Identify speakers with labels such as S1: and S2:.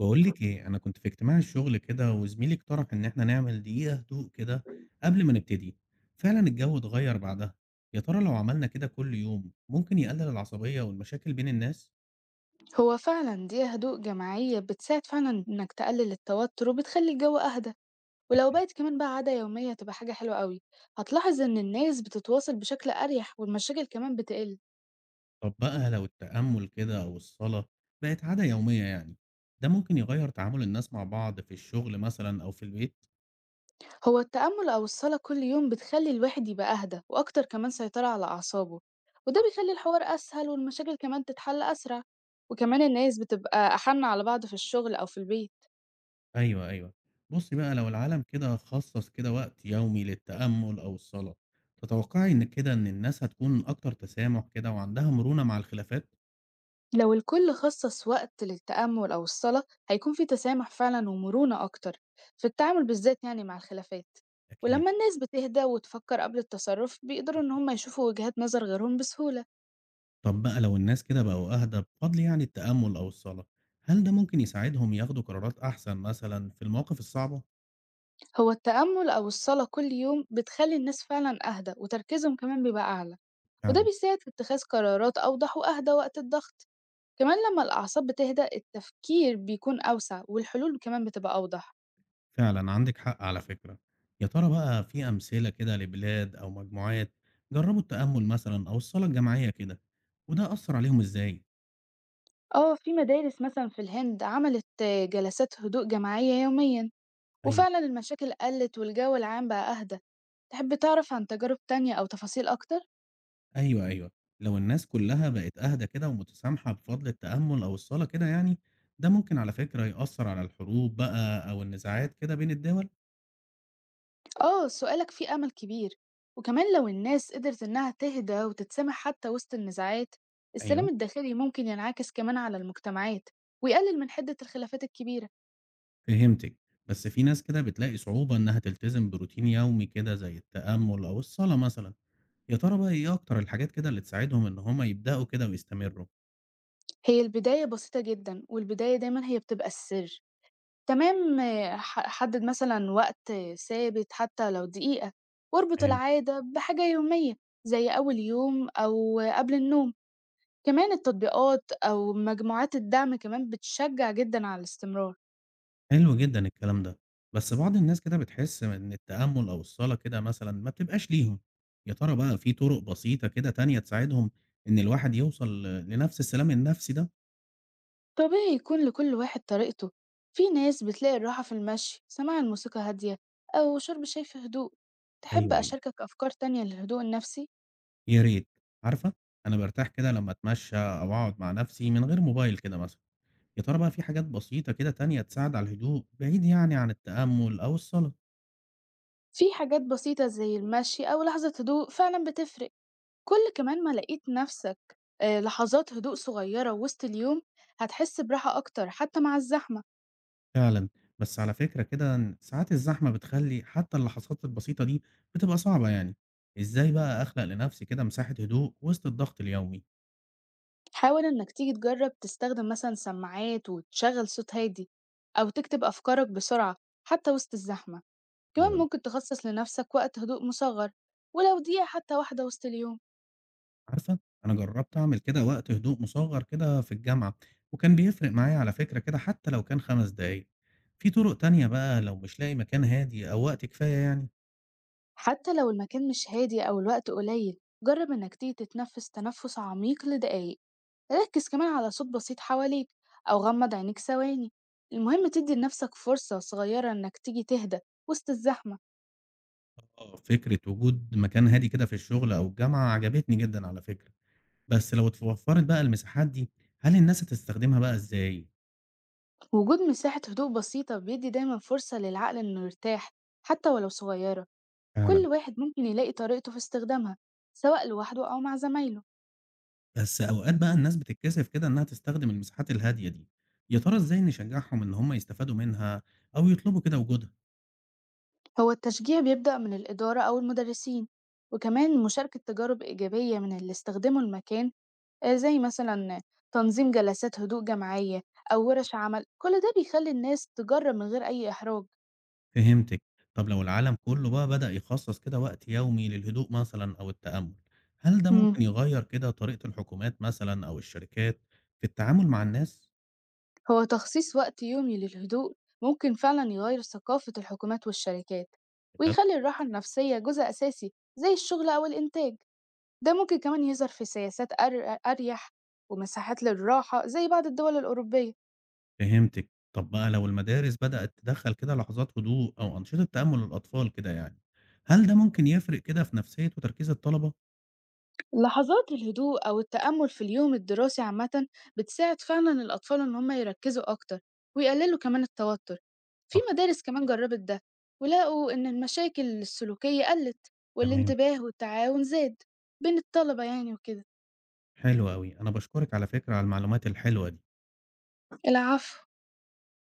S1: باقول لِك إيه، أنا كنت في اجتماع الشغل كده وزميلي اقترح إن إحنا نعمل دقيقة هدوء كده قبل ما نبتدي، فعلًا الجو اتغيّر بعدها، يا ترى لو عملنا كده كل يوم ممكن يقلل العصبية والمشاكل بين الناس؟
S2: هو فعلا دي هدوء جماعية بتساعد فعلا إنك تقلل التوتر وبتخلي الجو أهدى. ولو
S1: تمام.
S2: بقت كمان بقى عادة يومية تبقى حاجة حلوة قوي. هتلاحظ إن الناس بتتواصل بشكل أريح والمشاكل كمان بتقل.
S1: طب بقى لو التأمل كده أو الصلاة بقت عادة يومية يعني، ده ممكن يغيّر تعامل الناس مع بعض في الشغل مثلًا أو في البيت؟
S2: هو التأمل أو الصلاة كل يوم بتخلي الواحد يبقى أهدى وأكتر كمان سيطرة على أعصابه، وده بيخلي الحوار أسهل والمشاكل كمان تتحل أسرع. وكمان الناس بتبقى أحن على بعض في الشغل أو في البيت.
S1: أيوه، أيوه. بُصّي بقى، لو العالم كده خصّص كده وقت يومي للتأمُّل أو الصلاة، تتوقّعي إن كده إن الناس هتكون أكتر تسامح كده وعندها مرونة مع الخلافات؟
S2: لو الكل خصص وقت للتأمل أو الصلاة هيكون في تسامح فعلا ومرونة أكتر في التعامل بالذات يعني مع الخلافات.
S1: أكيد.
S2: ولما الناس بتهدى وتفكر قبل التصرف بيقدروا إن هم يشوفوا وجهات نظر غيرهم بسهولة.
S1: طَب بقى لو الناس كده بقوا أهدى بفضل يعني التأمُّل أو الصلاة، هل ده ممكن يساعدهم ياخدوا قرارات أحسن مثلًا في المواقف الصعبة؟
S2: هو التأمل أو الصلاة كل يوم بتخلي الناس فعلا أهدى وتركيزهم كمان بيبقى أعلى، وده
S1: فعلًا،
S2: بيساعد في اتخاذ قرارات أوضح وأهدى وقت الضغط. كمان لما الأعصاب بتهدأ التفكير بيكون أوسع والحلول كمان بتبقى أوضح.
S1: فعلًا عندِك حق على فكرة. يا ترى بقى في أمثلة كده لبلاد أو مجموعات جرّبوا التأمُّل مثلًا أو الصلاة الجماعية كده وده أثّر عليهم إزاي؟
S2: اه، في مدارس مثلا في الهند عملت جلسات هدوء جماعية يوميا،
S1: أيوه.
S2: وفعلا المشاكل قلت والجو العام بقى أهدى. تحب تعرف عن تجارب تانية أو تفاصيل أكتر؟
S1: أيوه، أيوه. لو الناس كلّها بقت أهدى كده ومتسامحة بفضل التأمُّل أو الصلاة كده يعني، ده ممكن على فكرة يأثّر على الحروب بقى أو النزاعات كده بين الدول.
S2: آه، سؤالك فيه أمل كبير. وكمان لو الناس قدرت إنها تهدى وتتسامح حتى وسط النزاعات السلام
S1: أيوه.
S2: الداخلي ممكن ينعكس كمان على المجتمعات، ويقلل من حدة الخلافات الكبيرة.
S1: فهمتِك. بس في ناس كده بتلاقي صعوبة إنّها تلتزم بروتين يومي كده زي التأمُّل أو الصلاة مثلًا، يا ترى بقى إيه أكتر الحاجات كده اللي تساعدهم إن هم يبدأوا كده ويستمروا؟
S2: هي البداية بسيطة جدًا، والبداية دايمًا هي بتبقى السر. تمام، آه، ح حدد مثلًا وقت ثابت حتى لو دقيقة، واربط العادة بحاجة يومية زي أول يوم أو قبل النوم. كمان التطبيقات أو مجموعات الدعم كمان بتشجع جدًا على الاستمرار.
S1: حلو جدًا الكلام ده، بس بعض الناس كده بتحس إن التأمُّل أو الصلاة كده مثلًا ما بتبقاش ليهم، يا ترى بقى في طُرق بسيطة كده تانية تساعدهم إن الواحد يوصل لنفس السلام النفسي ده؟
S2: طبيعي يكون لكل واحد طريقته، في ناس بتلاقي الراحة في المشي، سماع الموسيقى هادية، أو شرب شاي في هدوء. تحب
S1: أيوه، أيوه.
S2: أشاركك أفكار تانية للهدوء النفسي؟
S1: يا ريت، عارفة أنا بارتاح كده لمّا أتمشى أو أقعد مع نفسي من غير موبايل كده مثلًا، يا ترى بقى في حاجات بسيطة كده تانية تساعد على الهدوء بعيد يعني عن التأمُّل أو الصلاة؟
S2: في حاجات بسيطة زي المشي أو لحظة هدوء فعلا بتفرق. كل كمان ما لقيت نفسك لحظات هدوء صغيرة وسط اليوم هتحس براحة أكتر حتى مع الزحمة.
S1: فعلًا، بس على فكرة كده إن ساعات الزحمة بتخلّي حتى اللحظات البسيطة دي بتبقى صعبة يعني، إزاي بقى أخلق لنفسي كده مساحة هدوء وسط الضغط اليومي؟
S2: حاول إنك تيجي تجرب تستخدم مثلا سماعات وتشغل صوت هادي، أو تكتب أفكارك بسرعة حتى وسط الزحمة.
S1: حلو
S2: كمان
S1: أوي.
S2: ممكن تخصص لنفسك وقت هدوء مصغر ولو دقيقة حتى واحدة وسط اليوم.
S1: عارفة، أنا جرّبت أعمل كده وقت هدوء مصغّر كده في الجامعة، وكان بيفرق معايا على فكرة كده حتى لو كان 5 دقايق. في طرق تانية بقى لو مش لاقي مكان هادي أو وقت كفاية يعني؟
S2: حتى لو المكان مش هادي أو الوقت قليل جرب إنك تيجي تتنفس تنفس عميق لدقايق. ركز كمان على صوت بسيط حواليك، أو غمض عينيك ثواني. المهم تدي لنفسك فرصة صغيرة إنك تيجي تهدى وسط الزحمة.
S1: آه، فكرة وجود مكان هادي كده في الشغل أو الجامعة عجبتني جدًا على فكرة، بس لو اتوفّرت بقى المساحات دي، هل الناس هتستخدمها بقى إزاي؟
S2: وجود مساحة هدوء بسيطة بيدي دايما فرصة للعقل إنه يرتاح حتى ولو صغيرة.
S1: فعلًا.
S2: كل واحد ممكن يلاقي طريقته في استخدامها سواء لوحده أو مع زمايله.
S1: بس أوقات بقى الناس بتتكسف كده إنها تستخدم المساحات الهادية دي، يا ترى إزاي نشجعهم إن هم يستفادوا منها أو يطلبوا كده وجودها؟
S2: هو التشجيع بيبدأ من الإدارة أو المدرسين، وكمان مشاركة تجارب إيجابية من اللي استخدموا المكان، زي مثلًا تنظيم جلسات هدوء جماعية أو وِرش عمل، كل ده بيخلّي الناس تجرّب من غير أي إحراج.
S1: فهمتِك، طب لو العالم كله بقى بدأ يخصص كده وقت يومي للهدوء مثلًا أو التأمل، هل ده
S2: إمم.
S1: ممكن يغير كده طريقة الحكومات مثلًا أو الشركات في التعامل مع الناس؟
S2: هو تخصيص وقت يومي للهدوء ممكن فعلًا يغيّر ثقافة الحكومات والشركات،
S1: بجد؟
S2: ويخلّي الراحة النفسية جزء أساسي زي الشغل أو الإنتاج. ده ممكن كمان يظهر في سياسات أريح ومساحات للراحة زي بعض الدول الأوروبية.
S1: فهمتِك، طب بقى لو المدارس بدأت تدخل كده لحظات هدوء أو أنشطة تأمل للأطفال كده يعني، هل ده ممكن يفرق كده في نفسية وتركيز الطلبة؟
S2: لحظات الهدوء أو التأمل في اليوم الدراسي عامة بتساعد فعلا الأطفال إن هم يركزوا أكتر ويقللوا كمان التوتر. في
S1: صح،
S2: مدارس كمان جربت ده ولقوا إن المشاكل السلوكية قلت،
S1: تمام.
S2: والانتباه والتعاون زاد بين الطلبة يعني وكده.
S1: حلو أوي، أنا باشكرِك على فكرة على المعلومات الحلوة دي.
S2: العفو.